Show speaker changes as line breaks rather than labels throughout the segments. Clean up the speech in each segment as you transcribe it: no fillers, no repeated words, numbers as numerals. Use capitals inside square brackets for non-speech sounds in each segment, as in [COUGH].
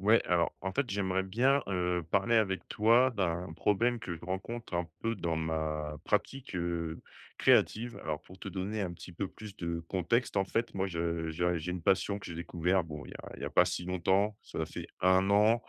Ouais, alors en fait, j'aimerais bien parler avec toi d'un problème que je rencontre un peu dans ma pratique créative. Alors pour te donner un petit peu plus de contexte, en fait, moi j'ai une passion que j'ai découvert, bon, il y a pas si longtemps, ça fait un an,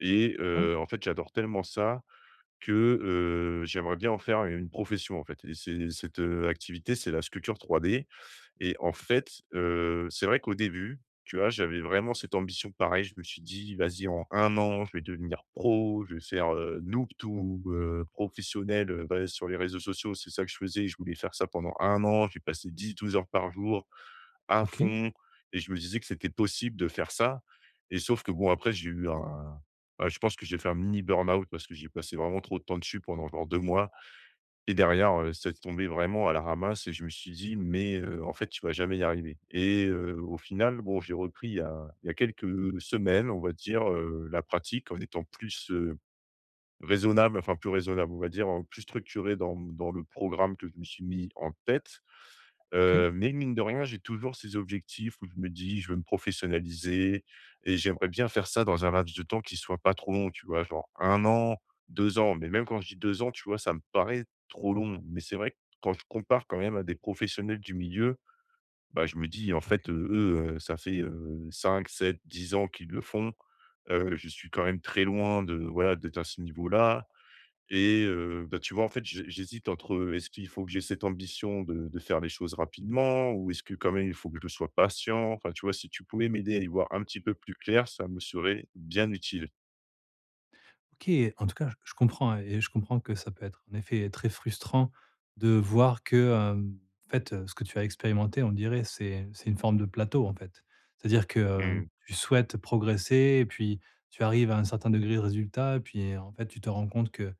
et
Ah,
en fait, j'adore tellement ça que j'aimerais bien en faire une profession, en fait. Et cette activité, c'est la sculpture 3D. Et en fait, c'est vrai qu'au début, tu vois, j'avais vraiment cette ambition pareil. Je me suis dit: «Vas-y, en un an, je vais devenir pro, je vais faire, noob to, professionnel, bah, sur les réseaux sociaux». C'est ça que je faisais, je voulais faire ça pendant un an. J'ai passé 10, 12 heures par jour à
OK,
fond et je me disais que c'était possible de faire ça. Et sauf que bon, après j'ai eu un bah, je pense que j'ai fait un mini burn-out parce que j'ai passé vraiment trop de temps dessus pendant genre 2 mois. Et derrière, c'est tombé vraiment à la ramasse et je me suis dit: «Mais, en fait, tu vas jamais y arriver». Et au final, bon, j'ai repris il y a quelques semaines, on va dire, la pratique en étant plus, raisonnable, enfin plus raisonnable, on va dire, plus structuré dans le programme que je me suis mis en tête.
OK,
Mais mine de rien, j'ai toujours ces objectifs où je me dis: «Je veux me professionnaliser et j'aimerais bien faire ça dans un laps de temps qui soit pas trop long», tu vois? Genre un an, 2 ans, mais même quand je dis 2 ans, tu vois, ça me paraît trop long. Mais c'est vrai que quand je compare quand même à des professionnels du milieu, bah, je me dis: «En
OK,
fait, eux, ça fait, 5-7-10 ans qu'ils le font». Je suis quand même très loin de voilà, d'être à ce niveau-là. Et bah, tu vois, en fait, j'hésite entre est-ce qu'il faut que j'ai cette ambition de faire les choses rapidement, ou est-ce que quand même il faut que je sois patient? Enfin, tu vois, si tu pouvais m'aider à y voir un petit peu plus clair, ça me serait bien utile.
OK. En tout cas, je comprends, hein, et je comprends que ça peut être en effet très frustrant de voir que, en fait, ce que tu as expérimenté, on dirait, c'est une forme de plateau, en fait. C'est-à-dire que,
Mmh.
tu souhaites progresser et puis tu arrives à un certain degré de résultat et puis, en fait, tu te rends compte qu'il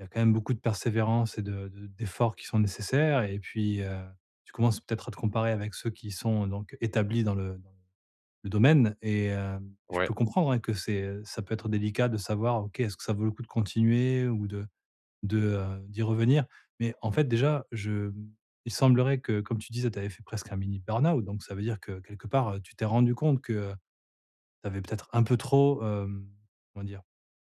y a quand même beaucoup de persévérance et de d'efforts qui sont nécessaires et puis, tu commences peut-être à te comparer avec ceux qui sont donc établis dans le domaine et je
Ouais.
peux comprendre, hein, que c'est, ça peut être délicat de savoir, OK, est-ce que ça vaut le coup de continuer ou de d'y revenir? Mais en fait, déjà, je il semblerait que, comme tu disais, tu avais fait presque un mini burn-out, donc ça veut dire que quelque part, tu t'es rendu compte que, tu avais peut-être un peu trop, comment dire?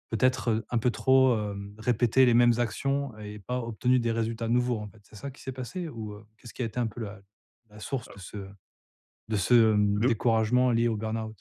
Peut-être, un peu trop, répété les mêmes actions et pas obtenu des résultats nouveaux, en fait. C'est ça qui s'est passé ou, qu'est-ce qui a été un peu la source de ce de ce découragement lié au burn-out?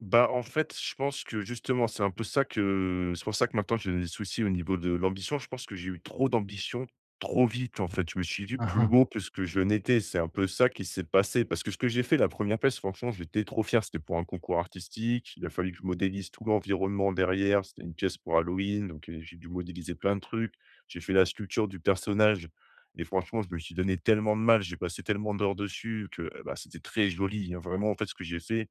Bah, en fait, je pense que justement, c'est un peu ça, que c'est pour ça que maintenant j'ai des soucis au niveau de l'ambition. Je pense que j'ai eu trop d'ambition trop vite, en fait. Je me suis vu plus
Mmh.
beau que ce que je n'étais. C'est un peu ça qui s'est passé. Parce que ce que j'ai fait, la première pièce, franchement, j'étais trop fier. C'était pour un concours artistique. Il a fallu que je modélise tout l'environnement derrière. C'était une pièce pour Halloween. Donc, j'ai dû modéliser plein de trucs. J'ai fait la sculpture du personnage. Et franchement, je me suis donné tellement de mal. J'ai passé tellement d'heures dessus que bah, c'était très joli, hein. Vraiment, en fait, ce que j'ai fait,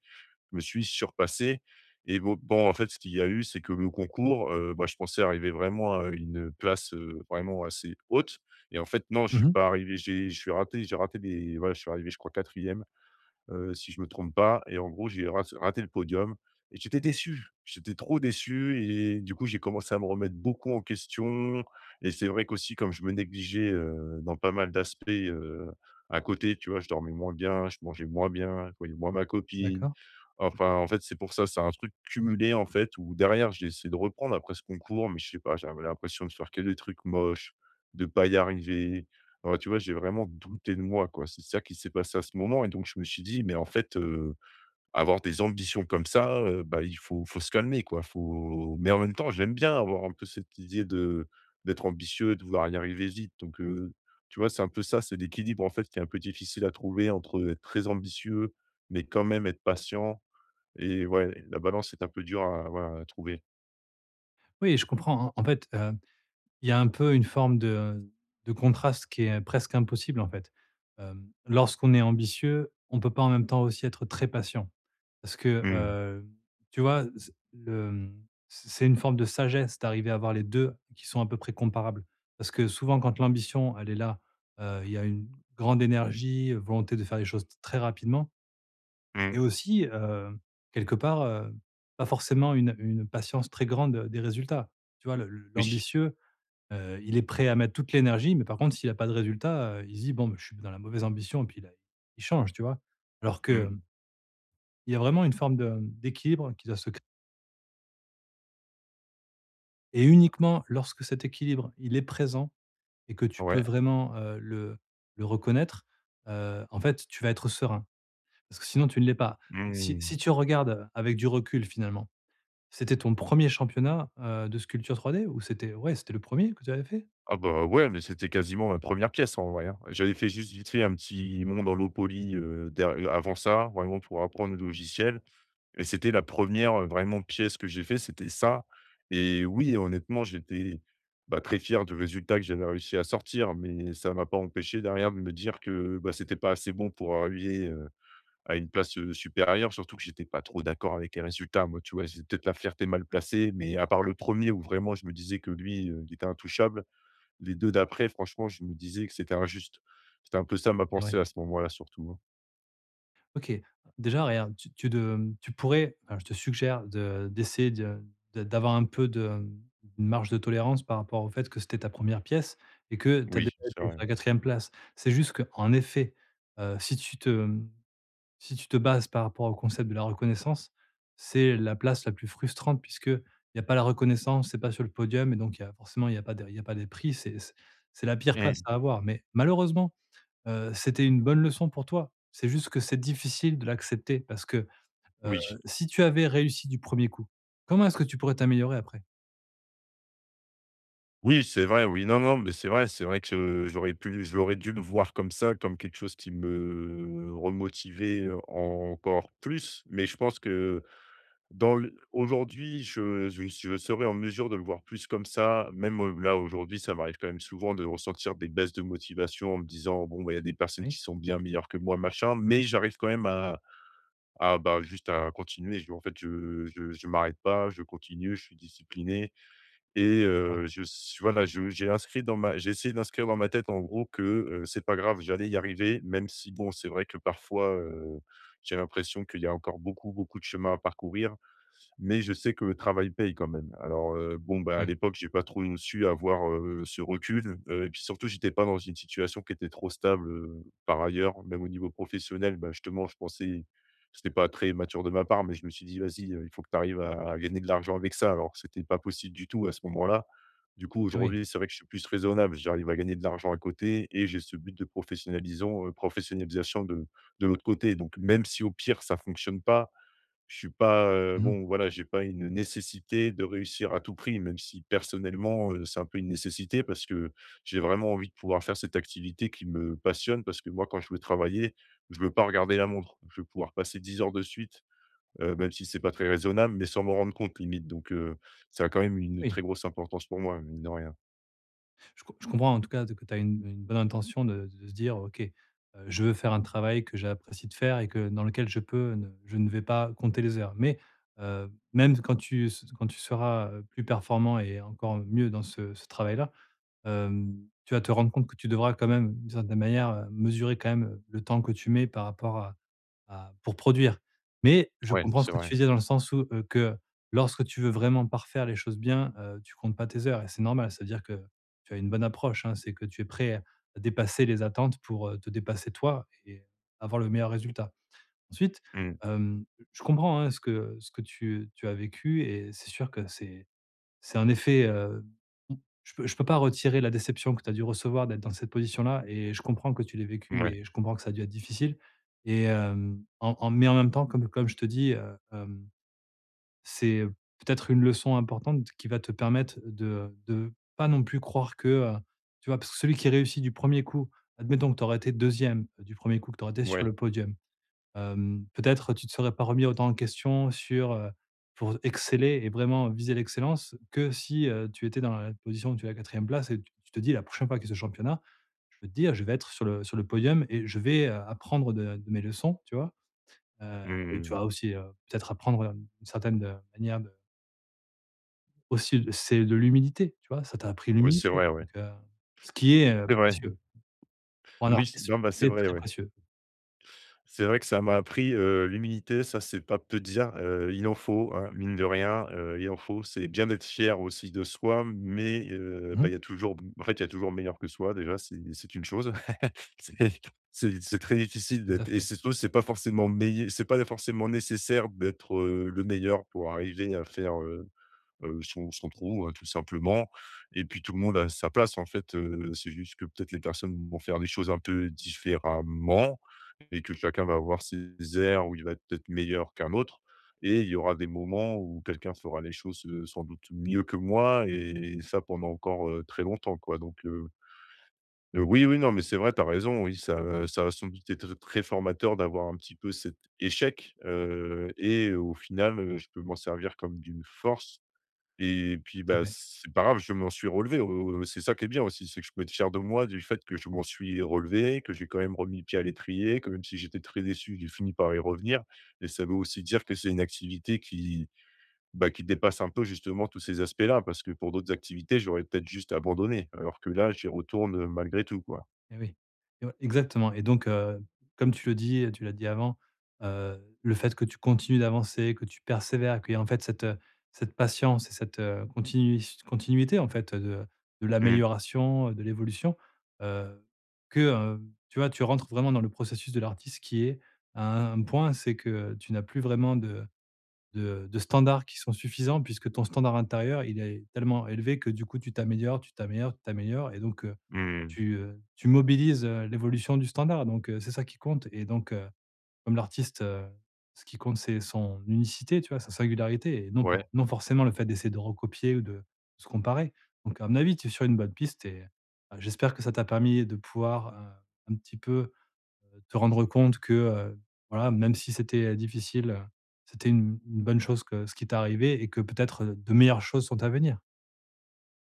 je me suis surpassé, et bon bon, en fait, ce qu'il y a eu, c'est que le concours, bah, je pensais arriver vraiment à une place, vraiment assez haute, et en fait, non, je suis
Mmh.
pas arrivé. J'ai raté des, voilà, je suis arrivé, je crois quatrième, si je me trompe pas, et en gros, j'ai raté le podium et j'étais déçu. J'étais trop déçu et du coup, j'ai commencé à me remettre beaucoup en question, et c'est vrai qu'aussi comme je me négligeais, dans pas mal d'aspects, à côté, tu vois? Je dormais moins bien, je mangeais moins bien, je voyais moins ma copine.
D'accord.
Enfin, en fait, c'est pour ça, c'est un truc cumulé, en fait, où derrière, j'ai essayé de reprendre après ce concours, mais je sais pas, j'avais l'impression de faire que des trucs moches, de pas y arriver. Ouais, tu vois, j'ai vraiment douté de moi, quoi. C'est ça qui s'est passé à ce moment, et donc je me suis dit: «Mais en fait, avoir des ambitions comme ça, bah, il faut se calmer, quoi, faut», mais en même temps, j'aime bien avoir un peu cette idée de d'être ambitieux, de vouloir y arriver vite, donc tu vois, c'est un peu ça, c'est l'équilibre, en fait, qui est un peu difficile à trouver entre être très ambitieux, mais quand même être patient, et ouais, la balance est un peu dure à voilà, à trouver.
Oui, je comprends, en fait, il y a un peu une forme de contraste qui est presque impossible, en fait. Hem, lorsqu'on est ambitieux, on peut pas en même temps aussi être très patient. Parce que,
Mmh.
tu vois, c'est une forme de sagesse d'arriver à avoir les 2 qui sont à peu près comparables. Parce que souvent quand l'ambition, elle est là, il y a une grande énergie, volonté de faire les choses très rapidement.
Mmh.
Et aussi, quelque part, pas forcément une patience très grande, des résultats. Tu vois,
Oui.
l'ambitieux, il est prêt à mettre toute l'énergie, mais par contre, s'il a pas de résultat, il se dit: «Bon, bah, je suis dans la mauvaise ambition» et puis là, il change, tu vois? Alors que,
Mmh.
il y a vraiment une forme de, d'équilibre qui doit se créer et uniquement lorsque cet équilibre, il est présent et que tu peux
Ouais.
vraiment, le reconnaître, en fait, tu vas être serein. Parce que sinon, tu ne l'es pas.
Mmh.
Si tu regardes, avec du recul, finalement, c'était ton premier championnat, de sculpture 3D ou c'était, ouais, c'était le premier que tu avais fait?
Ah bah, ouais, mais c'était quasiment ma première pièce en vrai, hein. J'avais fait juste vite fait un petit monde dans l'eau polie, der avant ça, vraiment pour apprendre le logiciel, et c'était la première re vraiment pièce que j'ai fait, c'était ça, et oui, honnêtement, j'étais, bah, très fier du résultat que j'avais réussi à sortir, mais ça m'a pas empêché derrière de me dire que, bah, c'était pas assez bon pour arriver, à une place, supérieure, surtout que j'étais pas trop d'accord avec les résultats. Moi, tu vois, c'est peut-être la fierté mal placée, mais à part le premier où vraiment je me disais que lui, il était intouchable, les 2 d'après, franchement, je me disais que c'était injuste. C'était un peu ça ma
Et
pensée
ouais,
à ce moment-là surtout, hein.
OK. Déjà regarde, tu pourrais, enfin je te suggère de d'essayer de d'avoir un peu de, une marge de tolérance par rapport au fait que c'était ta première pièce et que tu as
Oui,
déjà
c'est
été
vrai.
sur la quatrième place. C'est juste qu'en effet, si tu te, si tu te bases par rapport au concept de la reconnaissance, c'est la place la plus frustrante puisque il y a pas la reconnaissance, c'est pas sur le podium et donc il y a pas des prix, c'est la pire place
Mmh.
à avoir. Mais malheureusement, c'était une bonne leçon pour toi. C'est juste que c'est difficile de l'accepter parce que, heu,
Oui.
si tu avais réussi du premier coup, comment est-ce que tu pourrais t'améliorer après?
Oui, c'est vrai, oui. Non, non, mais c'est vrai que j'aurais dû le voir comme ça, comme quelque chose qui me remotivait encore plus. Mais je pense que dans le aujourd'hui, je serais en mesure de le voir plus comme ça. Même, là, aujourd'hui, ça m'arrive quand même souvent de ressentir des baisses de motivation en me disant: «Bon, bah, il y a des personnes
Oui,
qui sont bien meilleures que moi, machin», mais j'arrive quand même à… Ah bah, juste à continuer. Je en fait, je m'arrête pas, je continue, je suis discipliné, et
voilà,
je s voilà, je j'ai inscrit dans ma j'ai essayé d'inscrire dans ma tête, en gros, que, c'est pas grave, j'allais y arriver, même si, bon, c'est vrai que parfois, j'ai l'impression qu'il y a encore beaucoup, beaucoup de chemin à parcourir, mais je sais que le travail paye quand même. Alors, bon, bah, à
oui,
l'époque, j'ai pas trop su avoir, ce recul, et puis surtout, j'étais pas dans une situation qui était trop stable, par ailleurs, même au niveau professionnel. Bah, justement, je pensais c'était pas très mature de ma part, mais je me suis dit: «Vas-y, il faut que tu arrives à gagner de l'argent avec ça», alors c'était pas possible du tout à ce moment-là. Du coup,
eh oui.
aujourd'hui, c'est vrai que je suis plus raisonnable. J'arrive à gagner de l'argent à côté, et j'ai ce but de professionnalisons professionnalisation de l'autre côté. Donc même si au pire ça fonctionne pas, je suis pas,
Mmh.
bon voilà, j'ai pas une nécessité de réussir à tout prix, même si personnellement, c'est un peu une nécessité, parce que j'ai vraiment envie de pouvoir faire cette activité qui me passionne. Parce que moi, quand je veux travailler, je veux pas regarder la montre. Je veux pouvoir passer 10 heures de suite, même si c'est pas très raisonnable, mais sans m'en rendre compte limite. Donc, ça a quand même une
Oui.
très grosse importance pour moi, mine de rien.
Je comprends en tout cas que tu as une bonne intention de se dire: «OK, je veux faire un travail que j'apprécie de faire et que dans lequel je ne vais pas compter les heures». Mais, même quand tu s quand tu seras, plus performant et encore mieux dans ce travail-là, hem, tu vas te rendre compte que tu devras quand même, d'une certaine manière, mesurer quand même, le temps que tu mets par rapport à pour produire. Mais je
Ouais,
comprends ce
c'est
que
vrai.
tu disais dans le sens où, que lorsque tu veux vraiment parfaire les choses bien, tu comptes pas tes heures et c'est normal. Ça veut dire que tu as une bonne approche, hein, c'est que tu es prêt à dépasser les attentes pour, te dépasser toi et avoir le meilleur résultat. Ensuite,
Mmh,
hem, je comprends, hein, ce que tu as vécu et c'est sûr que c'est un effet, mmh, je peux pas retirer la déception que tu as dû recevoir d'être dans cette position-là et je comprends que tu l'aies vécu
mouais,
et je comprends que ça a dû être difficile et hem, en en mais en même temps, comme je te dis, c'est peut-être une leçon importante qui va te permettre de pas non plus croire que, tu vois? Parce que celui qui réussit du premier er coup, admettons que tu aurais été deuxième e du premier coup, que tu aurais été sur
ouais.
le podium. Hem, peut-être tu ne te serais pas remis autant en question sur, pour exceller et vraiment viser l'excellence que si, tu étais dans la position où tu es à la quatrième place et tu te dis: «La prochaine fois qu'il y a ce championnat, je peux te dire, je vais être sur le podium et je vais, apprendre de mes leçons», tu vois? Heu
Mmh
et
mmh,
tu
mmh.
vas aussi, peut-être apprendre, une certaine, manière de, aussi c'est de l'humilité, tu vois? Ça t'a appris
Oui, c'est
l'humilité,
vrai, ouais.
donc ce qui est,
C'est vrai.
précieux. Pour un
Oui, c
artiste,
non, bah,
l'humilité
c'est
est
vrai,
très
ouais.
précieux.
C'est vrai que ça m'a appris, l'humilité, ça, c'est pas peu dire, il en faut, hein, mine de rien, il en faut. C'est bien d'être fier aussi de soi, mais
Mmh.
bah, il y a toujours b en fait, il y a toujours meilleur que soi déjà, c'est une chose. [LAUGHS] C'est c'est très difficile
Tout à
d'être, et
fait,
c'est tout. C'est pas forcément meilleur. C'est pas forcément nécessaire d'être, le meilleur pour arriver à faire, son trou, hein, tout simplement, et puis tout le monde a sa place, en fait, c'est juste que peut-être les personnes vont faire des choses un peu différemment, et que chacun va avoir ses airs où il va être peut-être meilleur qu'un autre. Et il y aura des moments où quelqu'un fera les choses, sans doute mieux que moi, et ça pendant encore, très longtemps, quoi. Donc, oui, oui, non, mais c'est vrai, tu as raison, oui, ça a sans doute été tr très formateur d'avoir un petit peu cet échec, au final, je peux m'en servir comme d'une force. Et puis,
tout à
bah,
fait.
c'est pas grave, je m'en suis relevé, c'est ça qui est bien aussi, c'est que je peux être fier de moi du fait que je m'en suis relevé, que j'ai quand même remis pied à l'étrier, que même si j'étais très déçu, j'ai fini par y revenir, et ça veut aussi dire que c'est une activité qui, bah, qui dépasse un peu justement tous ces aspects-là, parce que pour d'autres activités, j'aurais peut-être juste abandonné, alors que là, j'y retourne, malgré tout, quoi.
Et oui, et ouais, exactement, et donc comme tu le dis, tu l'as dit avant, le fait que tu continues d'avancer, que tu persévères, qu'il y a en fait cette, cette patience et cette, continuité en fait, de
Mmh,
l'amélioration, de l'évolution, heu, que, heu, tu vois, tu rentres vraiment dans le processus de l'artiste qui est à un point, c'est que tu n'as plus vraiment de standards qui sont suffisants puisque ton standard intérieur, il est tellement élevé que du coup tu t'améliores et donc,
mmh,
tu mobilises, l'évolution du standard, donc, c'est ça qui compte et donc, comme l'artiste, ce qui compte c'est son unicité, tu vois? Sa singularité et non
ouais.
pas non forcément le fait d'essayer de recopier ou de se comparer, donc à mon avis, tu es sur une bonne piste et j'espère que ça t'a permis de pouvoir, un petit peu, te rendre compte que, voilà, même si c'était difficile, c'était une bonne chose que ce qui t'est arrivé et que peut-être, de meilleures choses sont à venir.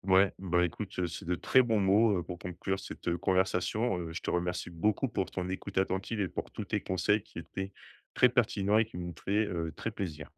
Ouais, bah, écoute, c'est de très bons mots, pour conclure cette, conversation. Je te remercie beaucoup pour ton écoute attentive et pour tous tes conseils qui étaient très pertinents et qui m'ont fait, très plaisir.